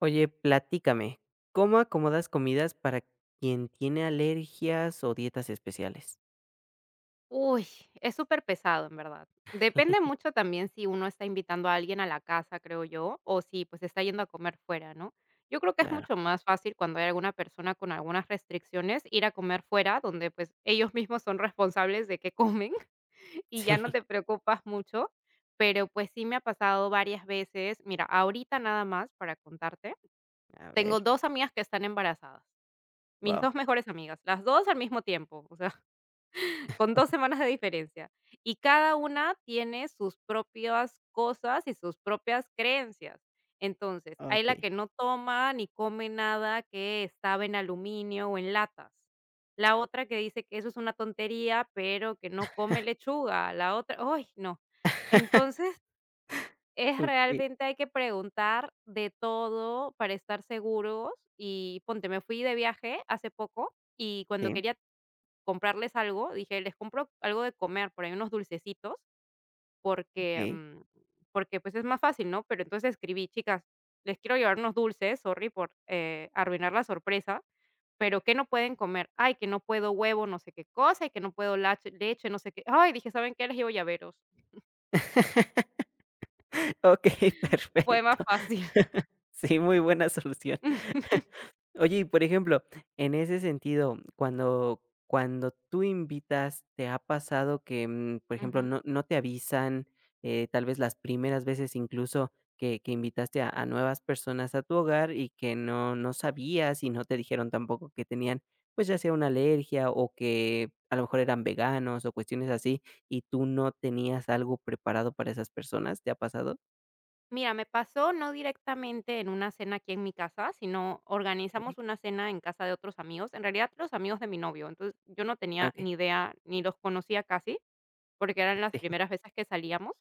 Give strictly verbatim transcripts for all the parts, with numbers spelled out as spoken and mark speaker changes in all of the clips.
Speaker 1: Oye, platícame, ¿cómo acomodas comidas para quien tiene alergias o dietas especiales?
Speaker 2: Uy, es súper pesado en verdad. Depende mucho también si uno está invitando a alguien a la casa, creo yo, o si, pues, está yendo a comer fuera, ¿no? Yo creo que es
Speaker 1: Claro,
Speaker 2: mucho más fácil cuando hay alguna persona con algunas restricciones ir a comer fuera, donde, pues, ellos mismos son responsables de qué comen y ya
Speaker 1: sí,
Speaker 2: no te preocupas mucho, pero, pues, sí me ha pasado varias veces. Mira, ahorita nada más para contarte,
Speaker 1: a
Speaker 2: tengo
Speaker 1: ver,
Speaker 2: dos amigas que están embarazadas, mis
Speaker 1: guau,
Speaker 2: dos mejores amigas, las dos al mismo tiempo, o sea con dos semanas de diferencia. Y cada una tiene sus propias cosas y sus propias creencias. Entonces, hay la
Speaker 1: okey.
Speaker 2: que no toma ni come nada que estaba en aluminio o en latas. La otra que dice que eso es una tontería, pero que no come lechuga. La otra ¡ay, no! Entonces, es
Speaker 1: Okey,
Speaker 2: realmente hay que preguntar de todo para estar seguros. Y ponte, me fui de viaje hace poco y cuando
Speaker 1: sí,
Speaker 2: quería comprarles algo, dije: "Les compro algo de comer, por ahí unos dulcecitos", porque,
Speaker 1: okey.
Speaker 2: mm, porque, pues, es más fácil, ¿no? Pero entonces escribí: "Chicas, les quiero llevar unos dulces, sorry por, eh, arruinar la sorpresa, pero ¿qué no pueden comer?". "Ay, que no puedo huevo, no sé qué cosa, y que no puedo lache leche, no sé qué". Ay, dije: "¿Saben qué? Les llevo llaveros".
Speaker 1: Okey,
Speaker 2: Fue más
Speaker 1: perfecto.
Speaker 2: fácil.
Speaker 1: Sí, muy buena solución. Oye, y por ejemplo, en ese sentido, cuando cuando tú invitas, ¿te ha pasado que, mm, por ejemplo,
Speaker 2: Ujú.
Speaker 1: no no te avisan, eh, tal vez las primeras veces incluso que que invitaste a a nuevas personas a tu hogar y que no no sabías y no te dijeron tampoco que tenían, pues, ya sea una alergia o que a lo mejor eran veganos o cuestiones así, y tú no tenías algo preparado para esas personas? ¿Te ha pasado?
Speaker 2: Mira, me pasó no directamente en una cena aquí en mi casa, sino
Speaker 1: Okey.
Speaker 2: organizamos una cena en casa de otros amigos, en realidad los amigos de mi novio, entonces yo no
Speaker 1: Ah,
Speaker 2: tenía ni idea, ni los conocía casi, porque eran las
Speaker 1: Sí,
Speaker 2: primeras veces que salíamos.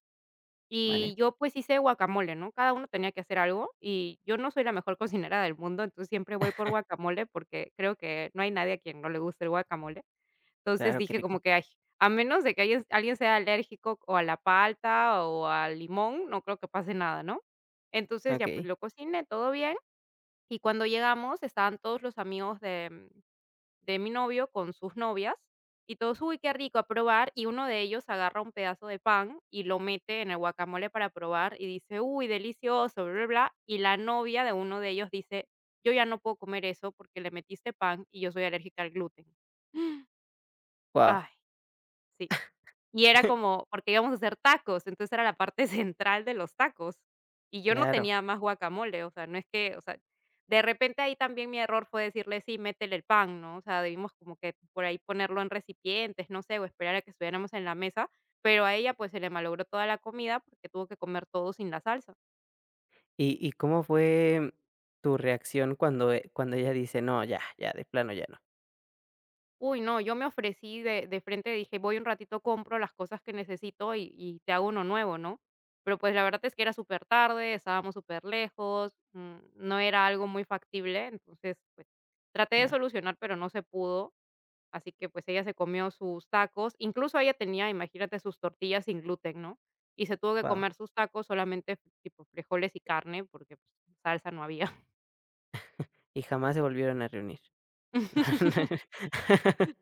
Speaker 1: vale.
Speaker 2: Y yo pues hice guacamole, ¿no? Cada uno tenía que hacer algo y yo no soy la mejor cocinera del mundo, entonces siempre voy por guacamole porque creo que no hay nadie a quien no le guste el guacamole. Entonces
Speaker 1: Claro, qué
Speaker 2: dije como
Speaker 1: rico.
Speaker 2: que: "Ay, a menos de que alguien alguien sea alérgico o a la palta o al limón, no creo que pase nada", ¿no? Entonces ya,
Speaker 1: Okey.
Speaker 2: pues, lo cociné, todo bien, y cuando llegamos estaban todos los amigos de mm, de mi novio con sus novias y todos: "Uy, qué rico", a probar, y uno de ellos agarra un pedazo de pan y lo mete en el guacamole para probar y dice: "Uy, delicioso, bla, bla, bla", y la novia de uno de ellos dice: "Yo ya no puedo comer eso porque le metiste pan y yo soy alérgica al gluten".
Speaker 1: Wow.
Speaker 2: Ay, sí. Y era como porque íbamos a hacer tacos, entonces era la parte central de los tacos, y yo no
Speaker 1: Claro.
Speaker 2: tenía más guacamole, o sea, no es que, o sea, de repente ahí también mi error fue decirle: "Sí, métele el pan", ¿no? O sea, debimos como que por ahí ponerlo en recipientes, no sé, o esperar a que estuviéramos en la mesa, pero a ella, pues, se le malogró toda la comida porque tuvo que comer todo sin la salsa.
Speaker 1: ¿Y y cómo fue tu reacción cuando, eh, cuando ella dice: "No, ya, ya, de plano ya no"?
Speaker 2: Uy, no, yo me ofrecí de de frente, dije: "Voy un ratito, compro las cosas que necesito y y te hago uno nuevo", ¿no? Pero, pues, la verdad es que era súper tarde, estábamos superlejos, mm, no era algo muy factible, entonces, pues, traté de
Speaker 1: Ah,
Speaker 2: solucionar, pero no se pudo, así que, pues, ella se comió sus tacos, incluso ella tenía, imagínate, sus tortillas sin gluten, ¿no? Y se tuvo que
Speaker 1: guau.
Speaker 2: comer sus tacos solamente tipo frijoles y carne, porque, pues, salsa no había.
Speaker 1: Y jamás se volvieron a reunir.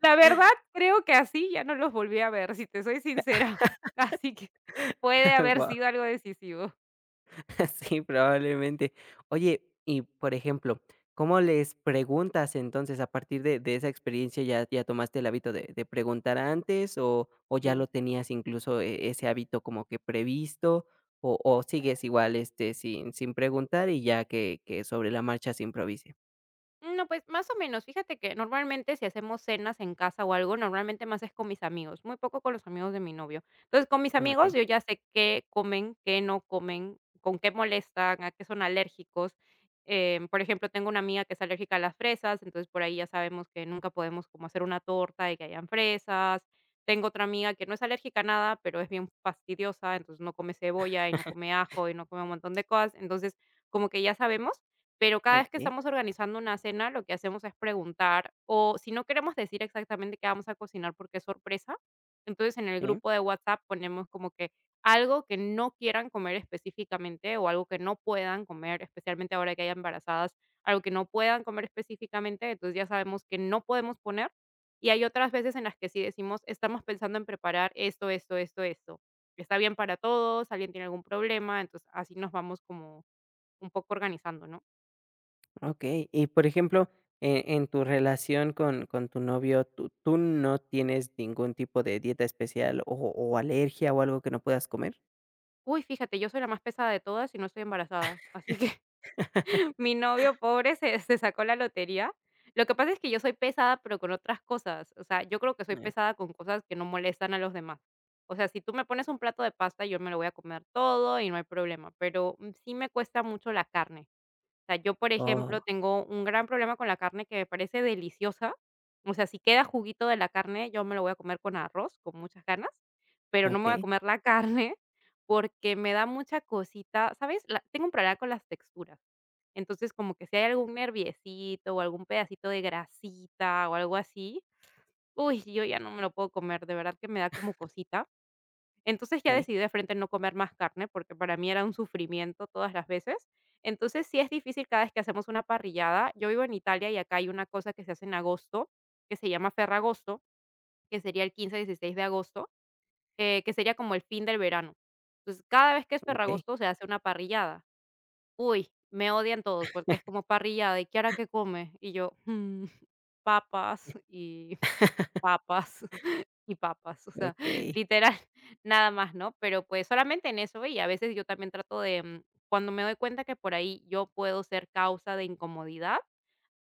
Speaker 2: La verdad, creo que así ya no los volví a ver, si te soy sincera. Así que puede haber
Speaker 1: Wow.
Speaker 2: sido algo decisivo.
Speaker 1: Sí, probablemente. Oye, y por ejemplo, ¿cómo les preguntas entonces? A partir de de esa experiencia, ¿ya ya tomaste el hábito de de preguntar antes o o ya lo
Speaker 2: Sí.
Speaker 1: tenías incluso e ese hábito como que previsto o o sigues igual, este, sin sin preguntar y ya que que sobre la marcha se improvise?
Speaker 2: No, pues, más o menos. Fíjate que normalmente si hacemos cenas en casa o algo, normalmente más es con mis amigos, muy poco con los amigos de mi novio. Entonces, con mis amigos
Speaker 1: Okay,
Speaker 2: yo ya sé qué comen, qué no comen, con qué molestan, a qué son alérgicos. Em, por ejemplo, tengo una amiga que es alérgica a las fresas, entonces por ahí ya sabemos que nunca podemos como hacer una torta y que hayan fresas. Tengo otra amiga que no es alérgica a nada, pero es bien fastidiosa, entonces no come cebolla y no come ajo y no come un montón de cosas. Entonces, como que ya sabemos. Pero cada vez que
Speaker 1: okay,
Speaker 2: estamos organizando una cena, lo que hacemos es preguntar, o si no queremos decir exactamente qué vamos a cocinar porque es sorpresa, entonces en el
Speaker 1: sí,
Speaker 2: grupo de WhatsApp ponemos como que algo que no quieran comer específicamente o algo que no puedan comer, especialmente ahora que hay embarazadas, algo que no puedan comer específicamente, entonces ya sabemos que no podemos poner. Y hay otras veces en las que sí decimos, estamos pensando en preparar esto, esto, esto, esto. ¿Está bien para todos? ¿Alguien tiene algún problema? Entonces así nos vamos como un poco organizando, ¿no?
Speaker 1: okey. Y, por ejemplo, eh, en tu relación con con tu novio, ¿tú tú no tienes ningún tipo de dieta especial o o alergia o algo que no puedas comer?
Speaker 2: Uy, fíjate, yo soy la más pesada de todas y no estoy embarazada, así que mi novio pobre se se sacó la lotería. Lo que pasa es que yo soy pesada, pero con otras cosas, o sea, yo creo que
Speaker 1: Ah,
Speaker 2: soy
Speaker 1: okey.
Speaker 2: pesada con cosas que no molestan a los demás. O sea, si tú me pones un plato de pasta, yo me lo voy a comer todo y no hay problema, pero, mm, sí me cuesta mucho la carne. O sea, yo, por
Speaker 1: Oh,
Speaker 2: ejemplo, tengo un gran problema con la carne que me parece deliciosa. O sea, si queda juguito de la carne, yo me lo voy a comer con arroz, con muchas ganas, pero no me voy a
Speaker 1: okay.
Speaker 2: comer la carne porque me da mucha cosita, ¿sabes? La tengo un problema con las texturas. Entonces, como que si hay algún nerviecito o algún pedacito de grasita o algo así, uy, yo ya no me lo puedo comer, de verdad que me da como cosita. Entonces, ya
Speaker 1: Okay.
Speaker 2: decidí de frente no comer más carne, porque para mí era un sufrimiento todas las veces. Entonces, sí es difícil cada vez que hacemos una parrillada. Yo vivo en Italia y acá hay una cosa que se hace en agosto, que se llama Ferragosto, que sería el quince dieciséis de agosto, eh, que sería como el fin del verano. Entonces, cada vez que es
Speaker 1: Okay.
Speaker 2: Ferragosto se hace una parrillada. Uy, me odian todos porque es como parrillada, ¿y qué hará que come? Y yo, "Mm, papas y papas. Y papas, o sea,
Speaker 1: Okey.
Speaker 2: literal, nada más, ¿no? Pero, pues, solamente en eso, y a veces yo también trato de, mm, cuando me doy cuenta que por ahí yo puedo ser causa de incomodidad,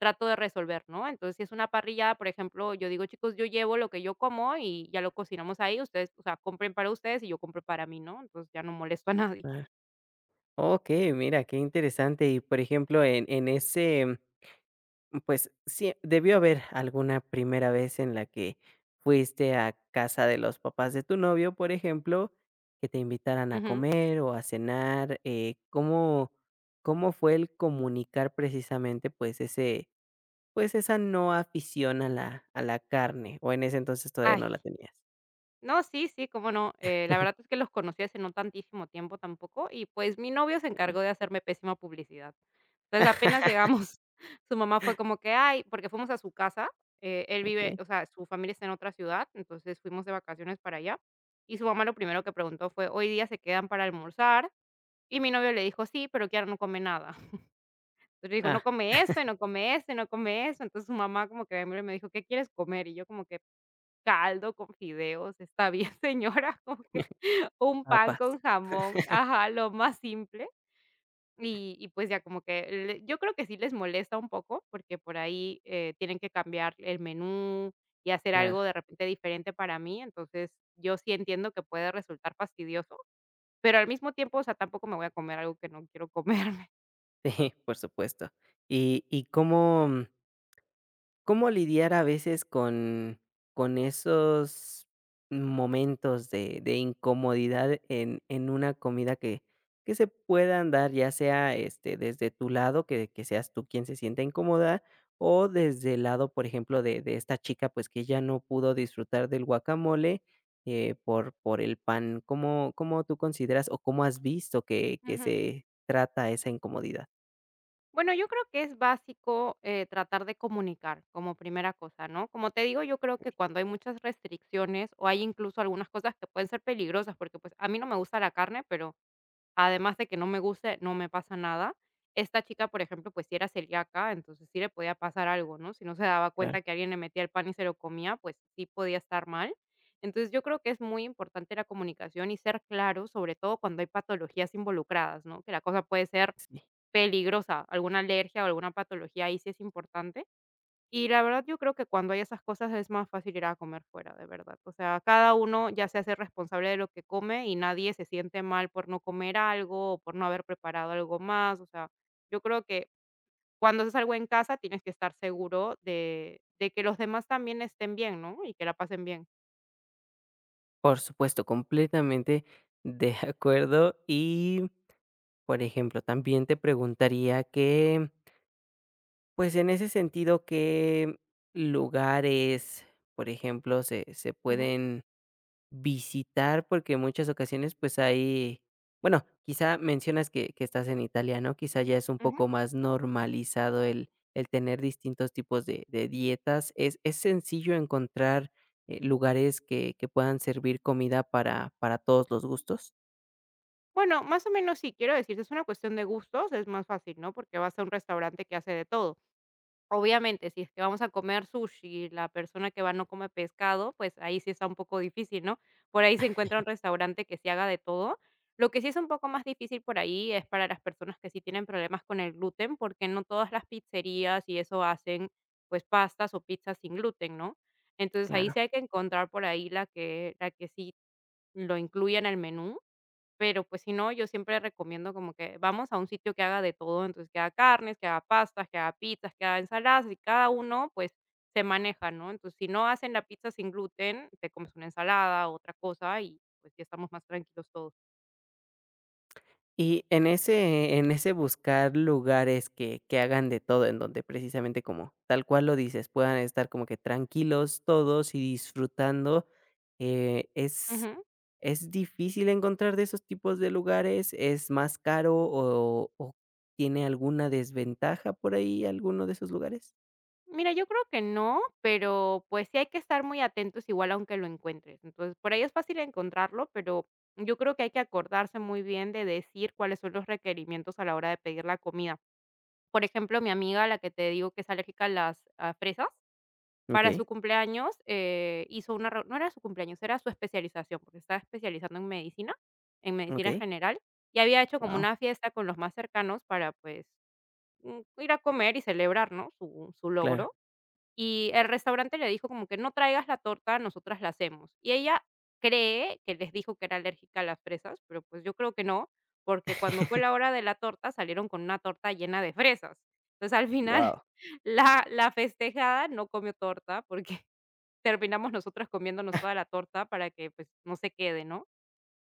Speaker 2: trato de resolver, ¿no? Entonces, si es una parrillada, por ejemplo, yo digo: "Chicos, yo llevo lo que yo como y ya lo cocinamos ahí, ustedes, o sea, compren para ustedes y yo compro para mí", ¿no? Entonces, ya no molesto a nadie.
Speaker 1: Ah, okey, mira, qué interesante. Y, por ejemplo, en en ese. Pues sí, debió haber alguna primera vez en la que fuiste a casa de los papás de tu novio, por ejemplo, que te invitaran a
Speaker 2: Ujú.
Speaker 1: comer o a cenar. Eh, ¿cómo, cómo fue el comunicar precisamente pues ese, pues esa no afición a la, a la carne? ¿O en ese entonces todavía
Speaker 2: Ay.
Speaker 1: no la tenías?
Speaker 2: No, sí, sí, cómo no. Eh, la verdad es que los conocí hace no tantísimo tiempo tampoco y, pues, mi novio se
Speaker 1: Sí.
Speaker 2: encargó de hacerme pésima publicidad. Entonces, apenas llegamos, su mamá fue como que: "Ay", porque fuimos a su casa, eh, él vive,
Speaker 1: Ok.
Speaker 2: o sea, su familia está en otra ciudad, entonces fuimos de vacaciones para allá, y su mamá lo primero que preguntó fue: "¿Hoy día se quedan para almorzar?". Y mi novio le dijo: "Sí, pero Kiara no come nada". Entonces, le dijo: "No
Speaker 1: Ah,
Speaker 2: come esto, y no come esto, y no come eso". Entonces, su mamá como que me me dijo: "¿Qué quieres comer?". Y yo como que caldo con fideos, está bien, señora, como que un pan
Speaker 1: papas,
Speaker 2: con jamón, ajá, lo más simple. Y y pues ya como que le yo creo que sí les molesta un poco, porque por ahí, eh, tienen que cambiar el menú y hacer
Speaker 1: claro.
Speaker 2: algo de repente diferente para mí. Entonces, yo sí entiendo que puede resultar fastidioso, pero al mismo tiempo, o sea, tampoco me voy a comer algo que no quiero comerme.
Speaker 1: Sí, por supuesto. ¿Y, y cómo? ¿Cómo lidiar a veces con, con esos momentos de, de incomodidad en, en una comida que, que se puedan dar, ya sea este, desde tu lado, que, que seas tú quien se sienta incómoda, o desde el lado, por ejemplo, de, de esta chica, pues que ya no pudo disfrutar del guacamole eh, por, por el pan? ¿Cómo, cómo tú consideras o cómo has visto que, que se trata esa incomodidad?
Speaker 2: Bueno, yo creo que es básico, eh, tratar de comunicar como primera cosa, ¿no? Como te digo, yo creo que cuando hay muchas restricciones o hay incluso algunas cosas que pueden ser peligrosas, porque, pues, a mí no me gusta la carne, pero Además de que no me guste, no me pasa nada. Esta chica, por ejemplo, pues sí era celíaca, entonces sí le podía pasar algo, ¿no? Si no se daba
Speaker 1: Claro
Speaker 2: cuenta que alguien le metía el pan y se lo comía, pues sí podía estar mal. Entonces yo creo que es muy importante la comunicación y ser claro, sobre todo cuando hay patologías involucradas, ¿no? Que la cosa puede ser
Speaker 1: que sí.
Speaker 2: peligrosa, alguna alergia o alguna patología ahí sí es importante y la verdad, yo creo que cuando hay esas cosas es más fácil ir a comer fuera, de verdad. O sea, cada uno ya se hace responsable de lo que come y nadie se siente mal por no comer algo o por no haber preparado algo más. O sea, yo creo que cuando haces algo en casa tienes que estar seguro de de que los demás también estén bien, ¿no? Y que la pasen bien.
Speaker 1: Por supuesto, completamente de acuerdo. Y, por ejemplo, también te preguntaría que, pues en ese sentido, ¿qué lugares, por ejemplo, se, se
Speaker 2: Ujú,
Speaker 1: pueden visitar, porque en muchas ocasiones, pues, hay bueno, quizá mencionas que que estás en Italia, ¿no? Quizá ya es un
Speaker 2: ujú.
Speaker 1: poco más normalizado el el tener distintos tipos de de dietas. ¿Es es sencillo encontrar, eh, lugares que que puedan servir comida para para todos los gustos?
Speaker 2: Bueno, más o menos sí, quiero decirte, es una cuestión de gustos, es más fácil, ¿no? Porque vas a un restaurante que hace de todo. Obviamente, si es que vamos a comer sushi y la persona que va no come pescado, pues ahí sí está un poco difícil, ¿no? Por ahí se encuentra un restaurante que se haga de todo. Lo que sí es un poco más difícil por ahí es para las personas que sí tienen problemas con el gluten, porque no todas las pizzerías y eso hacen, pues, pastas o pizzas sin gluten, ¿no? Entonces, ahí sí
Speaker 1: Claro.
Speaker 2: hay que encontrar por ahí la que la que sí lo incluya en el menú. Pero, pues, si no, yo siempre recomiendo como que vamos a un sitio que haga de todo, entonces, que haga carnes, que haga pastas, que haga pizzas, que haga ensaladas, y cada uno, pues, se maneja, ¿no? Entonces, si no hacen la pizza sin gluten, te comes una ensalada, otra cosa, y, pues, ya estamos más tranquilos todos.
Speaker 1: Y en ese en ese buscar lugares que que hagan de todo, en donde precisamente como tal cual lo dices, puedan estar como que tranquilos todos y disfrutando, eh, ¿es
Speaker 2: Ujú.
Speaker 1: es difícil encontrar de esos tipos de lugares? ¿Es más caro o o tiene alguna desventaja por ahí alguno de esos lugares?
Speaker 2: Mira, yo creo que no, pero, pues, sí hay que estar muy atentos igual aunque lo encuentres. Entonces, por ahí es fácil encontrarlo, pero yo creo que hay que acordarse muy bien de decir cuáles son los requerimientos a la hora de pedir la comida. Por ejemplo, mi amiga, la que te digo que es alérgica a las a fresas, para
Speaker 1: Okey,
Speaker 2: su cumpleaños, eh, hizo una reu no era su cumpleaños, era su especialización, porque estaba especializando en medicina, en medicina
Speaker 1: okey.
Speaker 2: general, y había hecho como
Speaker 1: Wow,
Speaker 2: una fiesta con los más cercanos para, pues, mm, ir a comer y celebrar, ¿no?, su su
Speaker 1: claro.
Speaker 2: logro. Y el restaurante le dijo como que: "No traigas la torta, nosotras la hacemos". Y ella cree que les dijo que era alérgica a las fresas, pero, pues, yo creo que no, porque cuando fue la hora de la torta, salieron con una torta llena de fresas. Entonces, al final,
Speaker 1: Wow.
Speaker 2: la la festejada no comió torta, porque terminamos nosotras comiéndonos toda la torta para que, pues, no se quede, ¿no?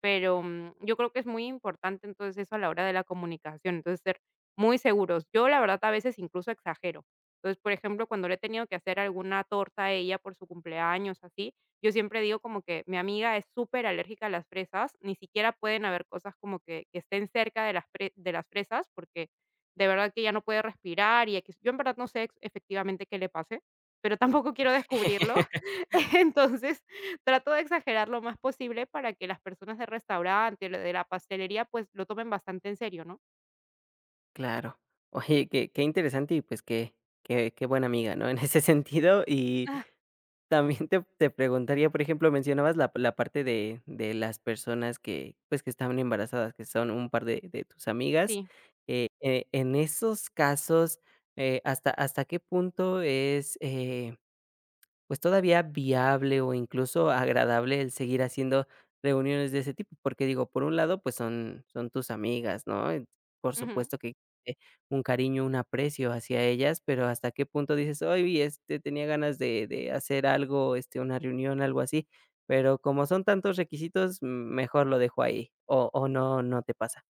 Speaker 2: Pero, mm, yo creo que es muy importante, entonces, eso a la hora de la comunicación. Entonces, ser muy seguros. Yo, la verdad, a veces incluso exagero. Entonces, por ejemplo, cuando le he tenido que hacer alguna torta a ella por su cumpleaños, así, yo siempre digo como que mi amiga es súper alérgica a las fresas, ni siquiera pueden haber cosas como que que estén cerca de las fre de las fresas, porque de verdad que ella no puede respirar y equis. Yo en verdad no sé, ex- efectivamente, qué le pase, pero tampoco quiero descubrirlo. Entonces trato de exagerar lo más posible para que las personas del restaurante, lo de la pastelería, pues, lo tomen bastante en serio, ¿no?
Speaker 1: Claro. Oye, qué qué interesante y, pues, qué qué qué buena amiga, ¿no? En ese sentido y
Speaker 2: Ah.
Speaker 1: también te te preguntaría, por ejemplo, mencionabas la la parte de de las personas que, pues, que estaban embarazadas, que son un par de de tus amigas,
Speaker 2: Sí,
Speaker 1: eh, eh, en esos casos, eh, ¿hasta hasta qué punto es, eh pues todavía viable o incluso agradable el seguir haciendo reuniones de ese tipo, porque digo, por un lado, pues son, son tus amigas, ¿no? Eh, por
Speaker 2: ujú.
Speaker 1: supuesto que existe un cariño, un aprecio hacia ellas, pero hasta qué punto dices, hoy este tenía ganas de, de hacer algo, este, una reunión, algo así, pero como son tantos requisitos, mejor lo dejo ahí, o, o no, no te pasa,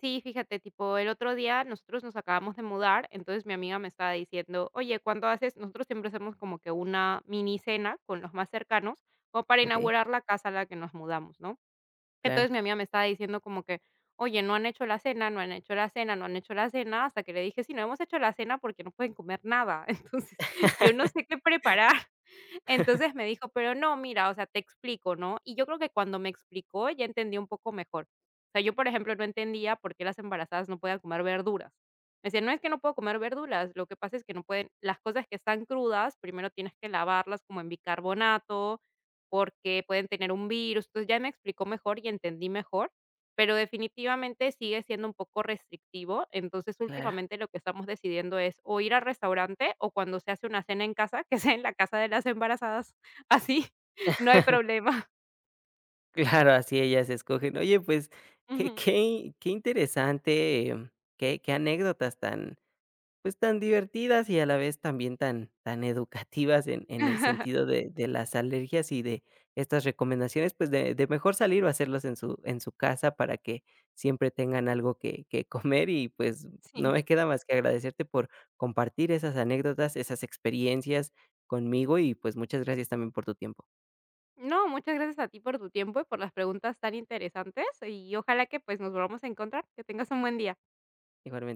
Speaker 2: Sí, fíjate, tipo, el otro día nosotros nos acabamos de mudar, entonces mi amiga me estaba diciendo: "Oye, ¿cuándo haces?". Nosotros siempre hacemos como que una mini cena con los más cercanos, como para
Speaker 1: ¿ok?
Speaker 2: inaugurar la casa a la que nos mudamos, ¿no?
Speaker 1: Claro,
Speaker 2: Entonces mi amiga me estaba diciendo como que: "Oye, no han hecho la cena, no han hecho la cena, no han hecho la cena", hasta que le dije: "Sí, no hemos hecho la cena porque no pueden comer nada". Entonces, yo no sé qué preparar. Entonces me dijo: "Pero no, mira, o sea, te explico, ¿no?". Y yo creo que cuando me explicó ya entendí un poco mejor. O sea, yo, por ejemplo, no entendía por qué las embarazadas no podían comer verduras. Me decía: "No es que no puedo comer verduras, lo que pasa es que no pueden las cosas que están crudas, primero tienes que lavarlas como en bicarbonato, porque pueden tener un virus". Entonces ya me explicó mejor y entendí mejor pero definitivamente sigue siendo un poco restrictivo. Entonces,
Speaker 1: claro.
Speaker 2: últimamente lo que estamos decidiendo es o ir al restaurante o cuando se hace una cena en casa, que sea en la casa de las embarazadas, así no hay problema.
Speaker 1: Claro, así ellas escogen. Oye, pues, qué
Speaker 2: Ujú.
Speaker 1: qué qué interesante, em, qué qué anécdotas tan, pues, tan divertidas y a la vez también tan tan educativas en en el sentido de de las alergias y de estas recomendaciones, pues, de de mejor salir o hacerlos en su en su casa para que siempre tengan algo que que comer y, pues, no
Speaker 2: Sí.
Speaker 1: me queda más que agradecerte por compartir esas anécdotas, esas experiencias conmigo y, pues, muchas gracias también por tu tiempo.
Speaker 2: No, muchas gracias a ti por tu tiempo y por las preguntas tan interesantes y ojalá que, pues, nos volvamos a encontrar. Que tengas un buen día.
Speaker 1: Igualmente.